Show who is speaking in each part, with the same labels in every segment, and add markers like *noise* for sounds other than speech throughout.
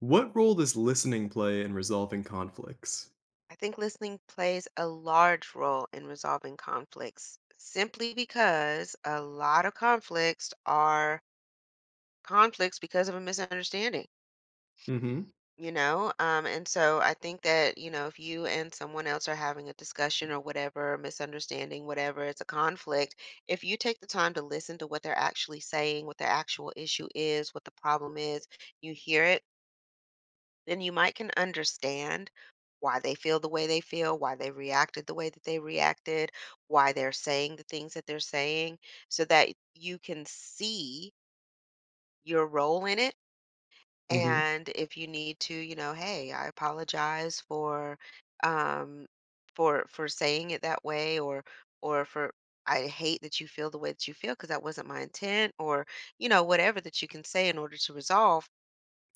Speaker 1: What role does listening play in resolving conflicts?
Speaker 2: I think listening plays a large role in resolving conflicts simply because a lot of conflicts are conflicts because of a misunderstanding,
Speaker 1: Mhm.
Speaker 2: you know? And so I think that, you know, if you and someone else are having a discussion or whatever, misunderstanding, whatever, it's a conflict, if you take the time to listen to what they're actually saying, what their actual issue is, what the problem is, you hear it then you might can understand why they feel the way they feel, why they reacted the way that they reacted, why they're saying the things that they're saying, so that you can see your role in it.
Speaker 1: Mhm.
Speaker 2: And if you need to, you know, hey, I apologize for um for saying it that way or for I hate that you feel the way that you feel because that wasn't my intent or you know whatever that you can say in order to resolve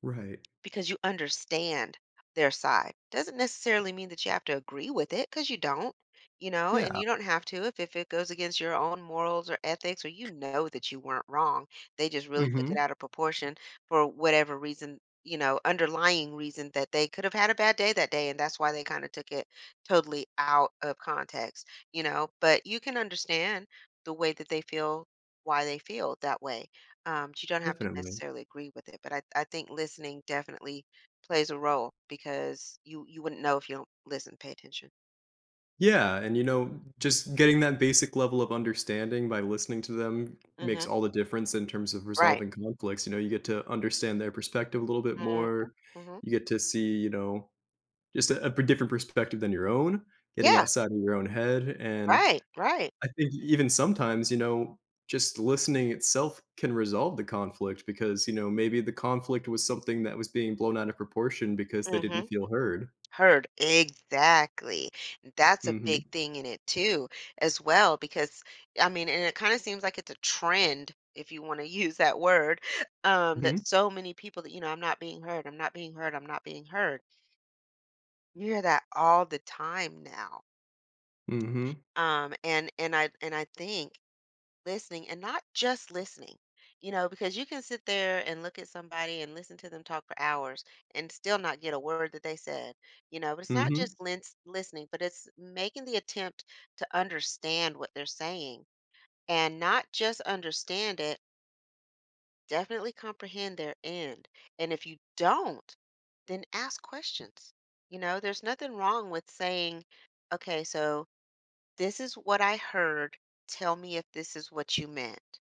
Speaker 1: Right.
Speaker 2: because you understand their side. Doesn't necessarily mean that you have to agree with it. Because you don't, you know, and
Speaker 1: Yeah.
Speaker 2: you don't have to if it goes against your own morals or ethics or you know that you weren't wrong. They just really took
Speaker 1: Mhm.
Speaker 2: it out of proportion for whatever reason, you know, underlying reason that they could have had a bad day that day, and that's why they kinda took it totally out of context, you know? But you can understand the way that they feel, why they feel that way. But you don't have to
Speaker 1: Definitely.
Speaker 2: necessarily agree with it, but I think listening definitely plays a role because you wouldn't know if you don't listen, pay attention.
Speaker 1: Yeah, and, you know, just getting that basic level of understanding by listening to them makes
Speaker 2: Mhm.
Speaker 1: all the difference in terms of
Speaker 2: Right.
Speaker 1: resolving conflicts. You know, you get to understand their perspective a little bit
Speaker 2: Mhm.
Speaker 1: more,
Speaker 2: Mhm.
Speaker 1: you get to see, you know, just a different perspective than your own, getting
Speaker 2: Yeah.
Speaker 1: outside of your own head. And
Speaker 2: Right. Right.
Speaker 1: I think even sometimes, you know, just listening itself can resolve the conflict because, you know, maybe the conflict was something that was being blown out of proportion because they didn't
Speaker 2: Mhm.
Speaker 1: feel heard.
Speaker 2: Heard. Exactly. That's a
Speaker 1: Mhm.
Speaker 2: big thing in it too, as well, because I mean, and it kind of seems like it's a trend, if you want to *laughs* use that word, that
Speaker 1: Mhm.
Speaker 2: so many people that, you know, I'm not being heard, I'm not being heard, I'm not being heard. You hear that all the time now.
Speaker 1: Mhm.
Speaker 2: And I think listening and not just listening you know because you can sit there and look at somebody and listen to them talk for hours and still not get a word that they said you know but it's not
Speaker 1: Mhm.
Speaker 2: just listening but it's making the attempt to understand what they're saying and not just understand it definitely comprehend their end and if you don't then ask questions you know there's nothing wrong with saying okay so "This is what I heard. Tell me if this is what you meant,"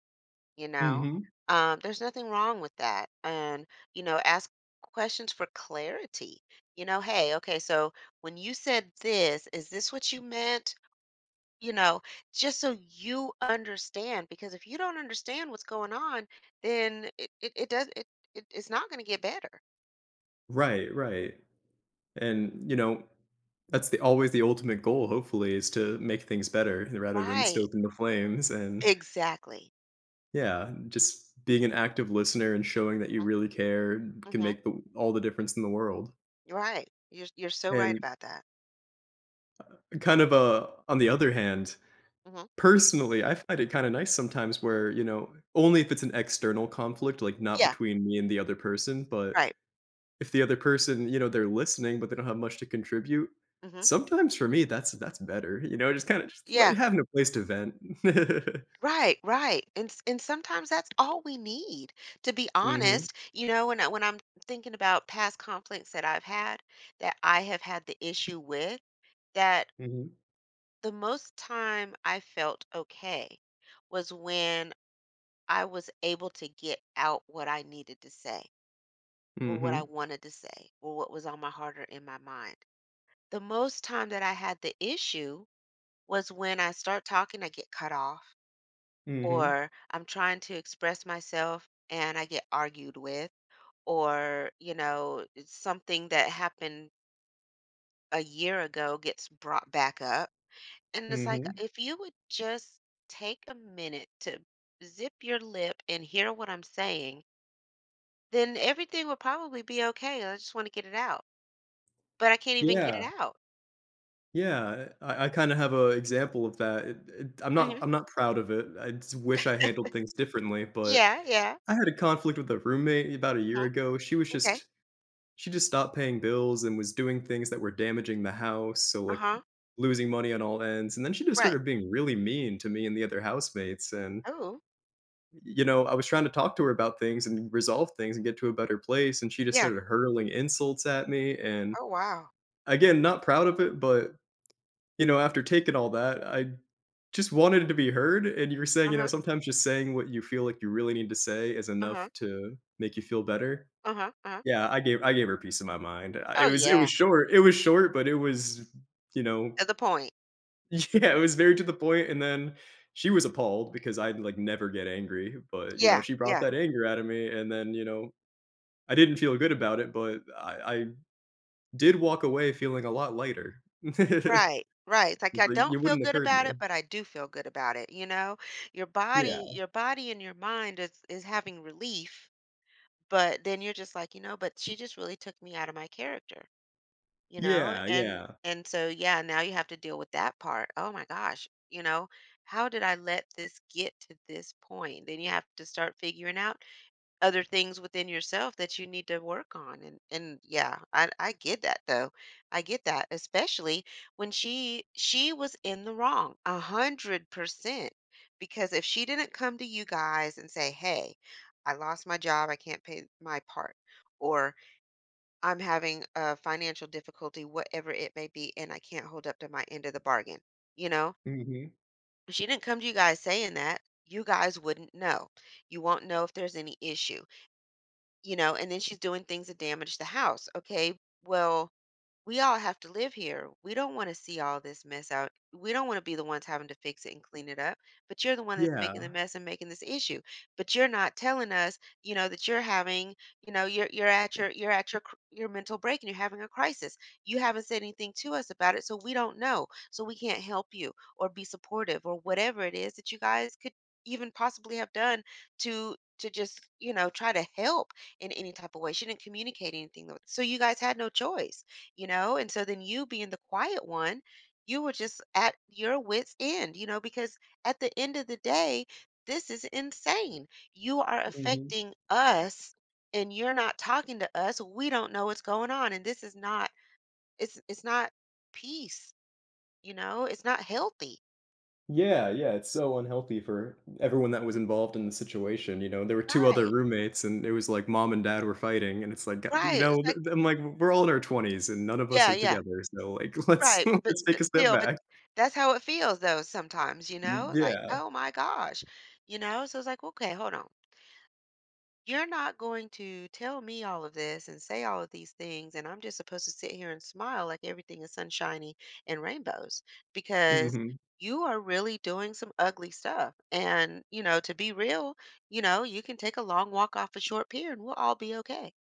Speaker 2: you know?
Speaker 1: Mhm.
Speaker 2: There's nothing wrong with that, and, you know, ask questions for clarity, you know, "Hey, okay, so when you said this, is this what you meant?" You know, just so you understand, because if you don't understand what's going on, then it does it it's not gonna get better.
Speaker 1: Right, right. And, you know, that's the always the ultimate goal, hopefully, is to make things better rather than
Speaker 2: Right.
Speaker 1: stoking the flames. And
Speaker 2: Exactly.
Speaker 1: yeah, just being an active listener and showing that you
Speaker 2: Mhm,
Speaker 1: really care can
Speaker 2: mhm,
Speaker 1: make the all the difference in the world.
Speaker 2: right. You're so right
Speaker 1: And
Speaker 2: about that.
Speaker 1: kind of on the other hand,
Speaker 2: Mhm.
Speaker 1: personally, I find it kind of nice sometimes where, you know, only if it's an external conflict, like not
Speaker 2: Yeah,
Speaker 1: between me and the other person. But
Speaker 2: right.
Speaker 1: if the other person, you know, they're listening but they don't have much to contribute,
Speaker 2: Mhm.
Speaker 1: sometimes for me that's better, you know? Just kind of just let,
Speaker 2: Yeah,
Speaker 1: having a place to vent. *laughs*
Speaker 2: right, right. And sometimes that's all we need, to be
Speaker 1: hmm
Speaker 2: honest. You know, when I'm thinking about past conflicts that I've had, that I have had the issue with, that
Speaker 1: hmm
Speaker 2: the most time I felt okay was when I was able to get out what I needed to say or what I
Speaker 1: hmm
Speaker 2: wanted to say or what was on my heart or in my mind. The most time that I had the issue was when I start talking, I get cut off
Speaker 1: hmm
Speaker 2: or I'm trying to express myself and I get argued with, or, you know, it's something that happened a year ago gets brought back up. And it's like,
Speaker 1: hmm
Speaker 2: if you would just take a minute to zip your lip and hear what I'm saying, then everything would probably be okay. I just want to get it out, but I can't even get it
Speaker 1: yeah.
Speaker 2: out.
Speaker 1: I kind of have a example of that. I'm not
Speaker 2: Hmm.
Speaker 1: i'm not proud of it, I just wish I handled things differently. But
Speaker 2: Yeah, yeah.
Speaker 1: I had a conflict with a roommate about a year
Speaker 2: Mhm.
Speaker 1: ago.
Speaker 2: Okay.
Speaker 1: She just stopped paying bills and was doing things that were damaging the house, so
Speaker 2: Uh
Speaker 1: like
Speaker 2: huh.
Speaker 1: losing money on all ends. And then she just
Speaker 2: Right.
Speaker 1: started being really mean to me and the other housemates. And
Speaker 2: Oh,
Speaker 1: you know, I was trying to talk to her about things and resolve things and get to a better place, and she just
Speaker 2: yeah.
Speaker 1: started hurling insults at me. And
Speaker 2: Oh, wow.
Speaker 1: again, not proud of it, but, you know, after taking all that, I just wanted to be heard. And you were saying,
Speaker 2: Uh
Speaker 1: you know,
Speaker 2: huh.
Speaker 1: sometimes just saying what you feel like you really need to say is
Speaker 2: Uh
Speaker 1: enough
Speaker 2: huh.
Speaker 1: to make you feel better.
Speaker 2: Uh huh. Uh huh.
Speaker 1: Yeah, I gave her peace of my mind. I, it
Speaker 2: Oh,
Speaker 1: was it was
Speaker 2: yeah.
Speaker 1: short it was short, but it was, you know.
Speaker 2: To the point.
Speaker 1: *laughs* Yeah, it was very to the point. And then she was appalled because I, like, never get angry, but, you know,
Speaker 2: Yeah,
Speaker 1: she brought
Speaker 2: yeah.
Speaker 1: that anger out of me. And then, you know, I didn't feel good about it, but I did walk away feeling a lot lighter. *laughs*
Speaker 2: Right, right. It's like
Speaker 1: It's
Speaker 2: I
Speaker 1: like,
Speaker 2: don't
Speaker 1: "You
Speaker 2: feel
Speaker 1: wouldn't have
Speaker 2: good
Speaker 1: heard
Speaker 2: about
Speaker 1: me."
Speaker 2: it, but I do feel good about it, you know? Your body,
Speaker 1: Yeah.
Speaker 2: your body and your mind is having relief, but then you're just like, you know, but she just really took me out of my character, you know?
Speaker 1: Yeah,
Speaker 2: And
Speaker 1: yeah.
Speaker 2: and so yeah, now you have to deal with that part. Oh my gosh, you know, how did I let this get to this point? Then you have to start figuring out other things within yourself that you need to work on and yeah I get that though I get that especially when she was in the wrong 100% because if she didn't come to you guys and say hey I lost my job I can't pay my part or I'm having a financial difficulty whatever it may be and I can't hold up to my end of the bargain you know
Speaker 1: Mhm.
Speaker 2: if she didn't come to you guys saying that you guys wouldn't know you won't know if there's any issue you know, and then she's doing things that damage the house. Okay, well, we all have to live here. We don't want to see all this mess out. We don't want to be the ones having to fix it and clean it up. But you're the one that's making the
Speaker 1: Yeah.
Speaker 2: mess and making this issue. But you're not telling us, you know, that you're having, you know, you're at your your mental break and you're having a crisis. You haven't said anything to us about it, so we don't know. So we can't help you or be supportive or whatever it is that you guys could even possibly have done to just you know try to help in any type of way she didn't communicate anything though. So you guys had no choice you know? And so then you being the quiet one, you were just at your wits' end, you know, because at the end of the day, this is insane. You are
Speaker 1: Mhm.
Speaker 2: affecting us and you're not talking to us. We don't know what's going on. And this is not, it's not peace, you know, it's not healthy.
Speaker 1: Yeah, yeah, it's so unhealthy for everyone that was involved in the situation. You know, there were 2 other
Speaker 2: Right.
Speaker 1: roommates, and it was like mom and dad were fighting, and it's like, "God," you
Speaker 2: Right. It's
Speaker 1: know,
Speaker 2: like,
Speaker 1: I'm like, "We're all in our 20s, and none of us
Speaker 2: yeah,
Speaker 1: are
Speaker 2: yeah.
Speaker 1: together, so, like, *laughs* let's *laughs*
Speaker 2: Right.
Speaker 1: let's take
Speaker 2: But
Speaker 1: a step
Speaker 2: still, but
Speaker 1: back."
Speaker 2: that's how it feels though sometimes, you
Speaker 1: Y
Speaker 2: know? It's like,
Speaker 1: Yeah.
Speaker 2: oh my gosh. You know? So it's like, okay, hold on. You're not going to tell me all of this and say all of these things, and I'm just supposed to sit here and smile like everything is sunshiny and rainbows because
Speaker 1: Mhm.
Speaker 2: you are really doing some ugly stuff. And, you know, to be real, you know, you can take a long walk off a short pier and we'll all be okay.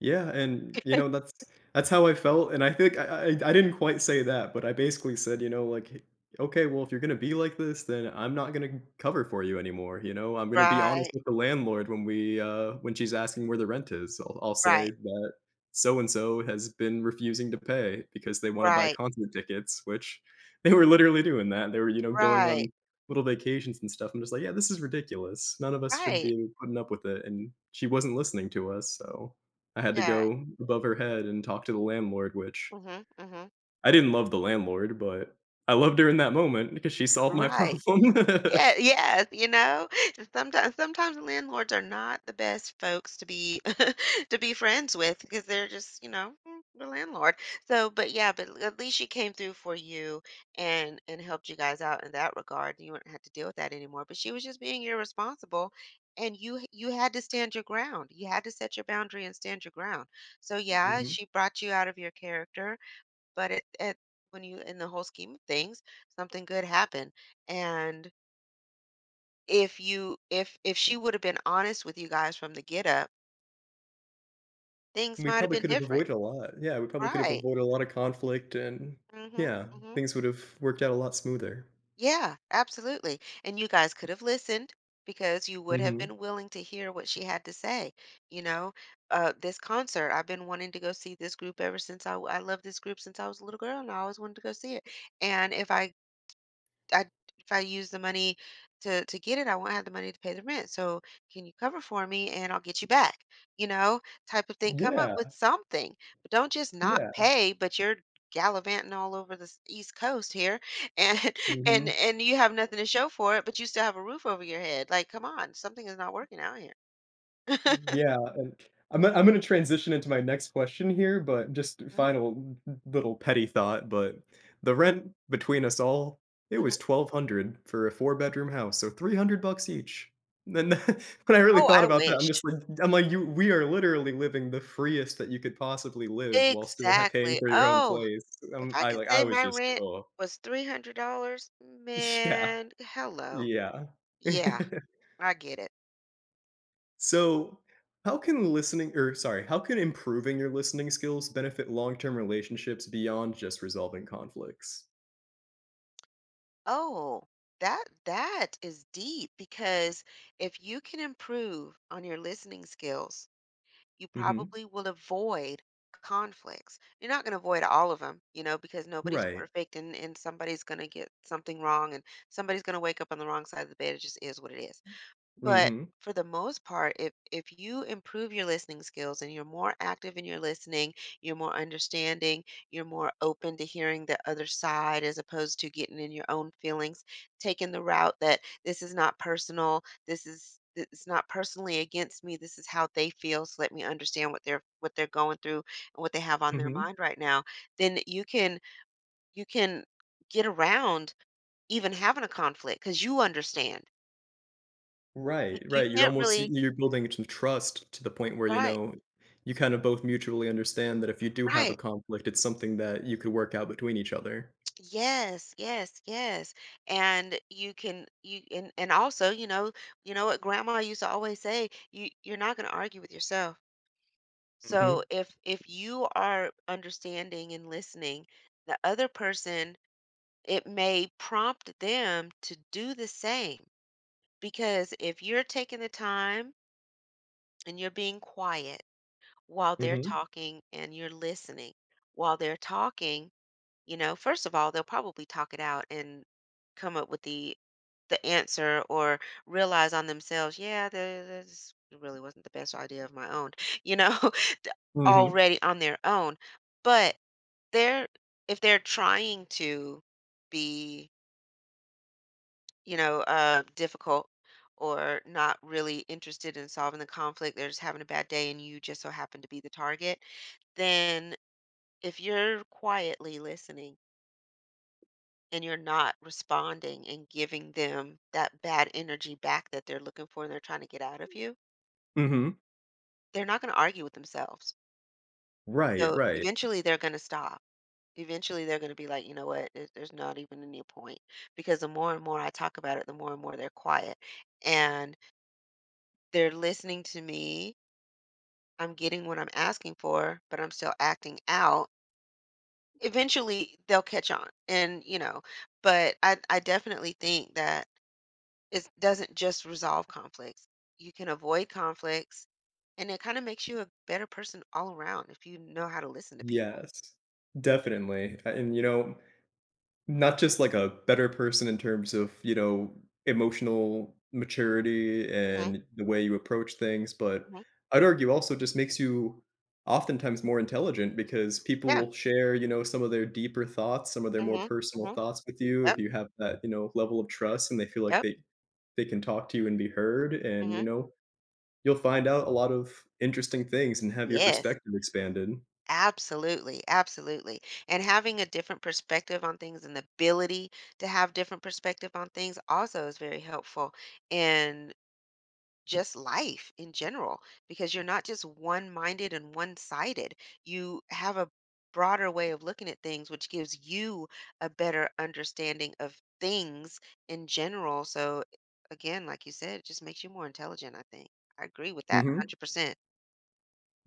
Speaker 1: Yeah, and, you know, that's how I felt. And I think I didn't quite say that, but I basically said, you know, like, "Hey, okay, well, if you're gonna be like this, then I'm not gonna cover for you anymore," you know? I'm gonna be honest
Speaker 2: Right,
Speaker 1: with the landlord when we, when she's asking where the rent is. I'll say
Speaker 2: right,
Speaker 1: that so and so has been refusing to pay because they wanna buy
Speaker 2: right,
Speaker 1: concert tickets, which *laughs* they were literally doing that. They were, you know, going
Speaker 2: right,
Speaker 1: on little vacations and stuff. I'm just like, "Yeah, this is ridiculous. None of us should
Speaker 2: right.
Speaker 1: be putting up with it," and she wasn't listening to us, so I had to
Speaker 2: Yeah.
Speaker 1: go above her head and talk to the landlord. Which,
Speaker 2: Hmm hmm.
Speaker 1: I didn't love the landlord, but I loved her in that moment because she solved my
Speaker 2: Right.
Speaker 1: problem.
Speaker 2: Yeah,
Speaker 1: *laughs*
Speaker 2: yes, you know, and sometimes landlords are not the best folks to be *laughs* to be friends with because they're just, you know, mm, the landlord. So, but yeah, but at least she came through for you and helped you guys out in that regard. You wouldn't have to deal with that anymore. But she was just being irresponsible, and you had to stand your ground. You had to set your boundary and stand your ground. So yeah,
Speaker 1: Mhm.
Speaker 2: she brought you out of your character, but it, when you in the whole scheme of things, something good happened and if you if she would have been honest with you guys from the get up, things
Speaker 1: We
Speaker 2: might have
Speaker 1: probably
Speaker 2: been
Speaker 1: could have
Speaker 2: different.
Speaker 1: avoided a lot. Yeah, we probably could have
Speaker 2: Right.
Speaker 1: avoided a lot of conflict, and
Speaker 2: Mhm.
Speaker 1: yeah,
Speaker 2: Mhm.
Speaker 1: things would have worked out a lot smoother.
Speaker 2: Yeah, absolutely. And you guys could have listened because you would have
Speaker 1: Mhm.
Speaker 2: been willing to hear what she had to say. You know, this concert, I've been wanting to go see this group ever since I love this group since I was a little girl and I always wanted to go see it. And if I if I use the money to get it, I won't have the money to pay the rent. So can you cover for me and I'll get you back? You know, type of thing. Come up
Speaker 1: Yeah,
Speaker 2: with something, but don't just not
Speaker 1: yeah.
Speaker 2: pay. But you're gallivanting all over the East Coast here, *laughs* and and
Speaker 1: Mhm.
Speaker 2: and you have nothing to show for it, but you still have a roof over your head. Like, come on, something is not working out here. *laughs*
Speaker 1: Yeah, and I'm gonna transition into my next question here, but just
Speaker 2: Mhm,
Speaker 1: final little petty thought. But the rent between us all, it
Speaker 2: mhm.
Speaker 1: was 1,200 for a four-bedroom house, so $300 each. And then *laughs* when I really
Speaker 2: Oh,
Speaker 1: thought
Speaker 2: I
Speaker 1: about that, I'm just
Speaker 2: wish.
Speaker 1: like, I'm like, "You, we are literally living the freest that you could possibly live while still ha paying
Speaker 2: Exactly.
Speaker 1: for your own
Speaker 2: Oh,
Speaker 1: place."
Speaker 2: if I
Speaker 1: I
Speaker 2: could
Speaker 1: like I
Speaker 2: say
Speaker 1: was
Speaker 2: my
Speaker 1: just,
Speaker 2: rent
Speaker 1: "Oh."
Speaker 2: was $300,
Speaker 1: *laughs* Yeah,
Speaker 2: man, hello.
Speaker 1: yeah.
Speaker 2: Yeah,
Speaker 1: *laughs*
Speaker 2: I get it.
Speaker 1: So, how can listening, or sorry, how can improving your listening skills benefit long-term relationships beyond just resolving conflicts?
Speaker 2: Oh, that is deep because if you can improve on your listening skills, you
Speaker 1: Mhm.
Speaker 2: probably will avoid conflicts. You're not going to avoid all of them, you know, because nobody's
Speaker 1: Right.
Speaker 2: perfect and somebody's going to get something wrong and somebody's going to wake up on the wrong side of the bed. It just is what it is. But
Speaker 1: Mhm.
Speaker 2: for the most part, if you improve your listening skills and you're more active in your listening, you're more understanding, you're more open to hearing the other side as opposed to getting in your own feelings, taking the route that this is not personal, this is it's not personally against me. This is how they feel. So let me understand what they're going through and what they have on their
Speaker 1: Mhm.
Speaker 2: mind right now. Then you can get around even having a conflict because you understand. You,
Speaker 1: Right,
Speaker 2: you
Speaker 1: right. You're
Speaker 2: can't
Speaker 1: almost
Speaker 2: really
Speaker 1: you're building some trust to the point where, you
Speaker 2: right.
Speaker 1: know, you kind of both mutually understand that if you do have a
Speaker 2: Right.
Speaker 1: conflict, it's something that you could work out between each other.
Speaker 2: Yes, yes, yes. And you and also, you know what grandma used to always say, you're not going to argue with yourself. So
Speaker 1: Mhm.
Speaker 2: if you are understanding and listening the other person, it may prompt them to do the same. Because if you're taking the time and you're being quiet while they're
Speaker 1: Mhm.
Speaker 2: talking and you're listening while they're talking. You know, first of all, they'll probably talk it out and come up with the answer or realize on themselves, yeah, this really wasn't the best idea of my own, *laughs* you know, *laughs* d-
Speaker 1: Mhm.
Speaker 2: already on their own. But they're if they're trying to be, you know, difficult or not really interested in solving the conflict, they're just having a bad day and you just so happen to be the target, then if you're quietly listening and you're not responding and giving them that bad energy back that they're looking for and they're trying to get out of you,
Speaker 1: Mhm.
Speaker 2: they're not going to argue with themselves.
Speaker 1: Right,
Speaker 2: So
Speaker 1: right.
Speaker 2: eventually they're going to stop. Eventually they're going to be like, you know what, there's not even any point. Because the more and more I talk about it, the more and more they're quiet. And they're listening to me. I'm getting what I'm asking for, but I'm still acting out. Eventually they'll catch on. And, you know, but I definitely think that it doesn't just resolve conflicts. You can avoid conflicts, and it kind of makes you a better person all around if you know how to listen to people.
Speaker 1: Yes. Definitely. A And, you know, not just like a better person in terms of, you know, emotional maturity
Speaker 2: Mhm.
Speaker 1: and the way you approach things, but
Speaker 2: Mhm.
Speaker 1: I'd argue also just makes you oftentimes more intelligent, because people
Speaker 2: Yeah.
Speaker 1: will share, you know, some of their deeper thoughts, some of their more
Speaker 2: Mhm.
Speaker 1: personal
Speaker 2: Mhm.
Speaker 1: thoughts with you, if
Speaker 2: Yep.
Speaker 1: you have that, you know, level of trust and they feel like
Speaker 2: Yep.
Speaker 1: they can talk to you and be heard. And, you
Speaker 2: Mhm.
Speaker 1: know, you'll find out a lot of interesting things and have your
Speaker 2: Yes.
Speaker 1: perspective expanded.
Speaker 2: Absolutely. Absolutely. And having a different perspective on things and the ability to have different perspective on things also is very helpful in just life in general because you're not just one-minded and one-sided. You have a broader way of looking at things, which gives you a better understanding of things in general. So again, like you said, it just makes you more intelligent, I think. I agree with that
Speaker 1: Mhm.
Speaker 2: 100%.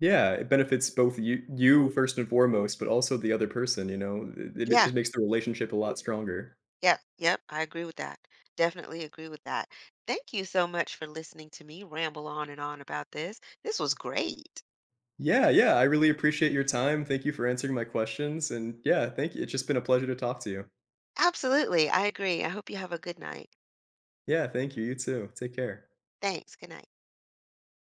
Speaker 1: Yeah, it benefits both you first and foremost, but also the other person, you know? It
Speaker 2: Yeah.
Speaker 1: just makes the relationship a lot stronger.
Speaker 2: Yep. Yep. I agree with that. Definitely agree with that. Thank you so much for listening to me ramble on and on about this. This was great.
Speaker 1: Yeah, yeah, I really appreciate your time. Thank you for answering my questions, and yeah, thank you. It's just been a pleasure to talk to you.
Speaker 2: Absolutely. I agree. I hope you have a good night.
Speaker 1: Yeah, thank you. You too. Take care.
Speaker 2: Thanks. Good night.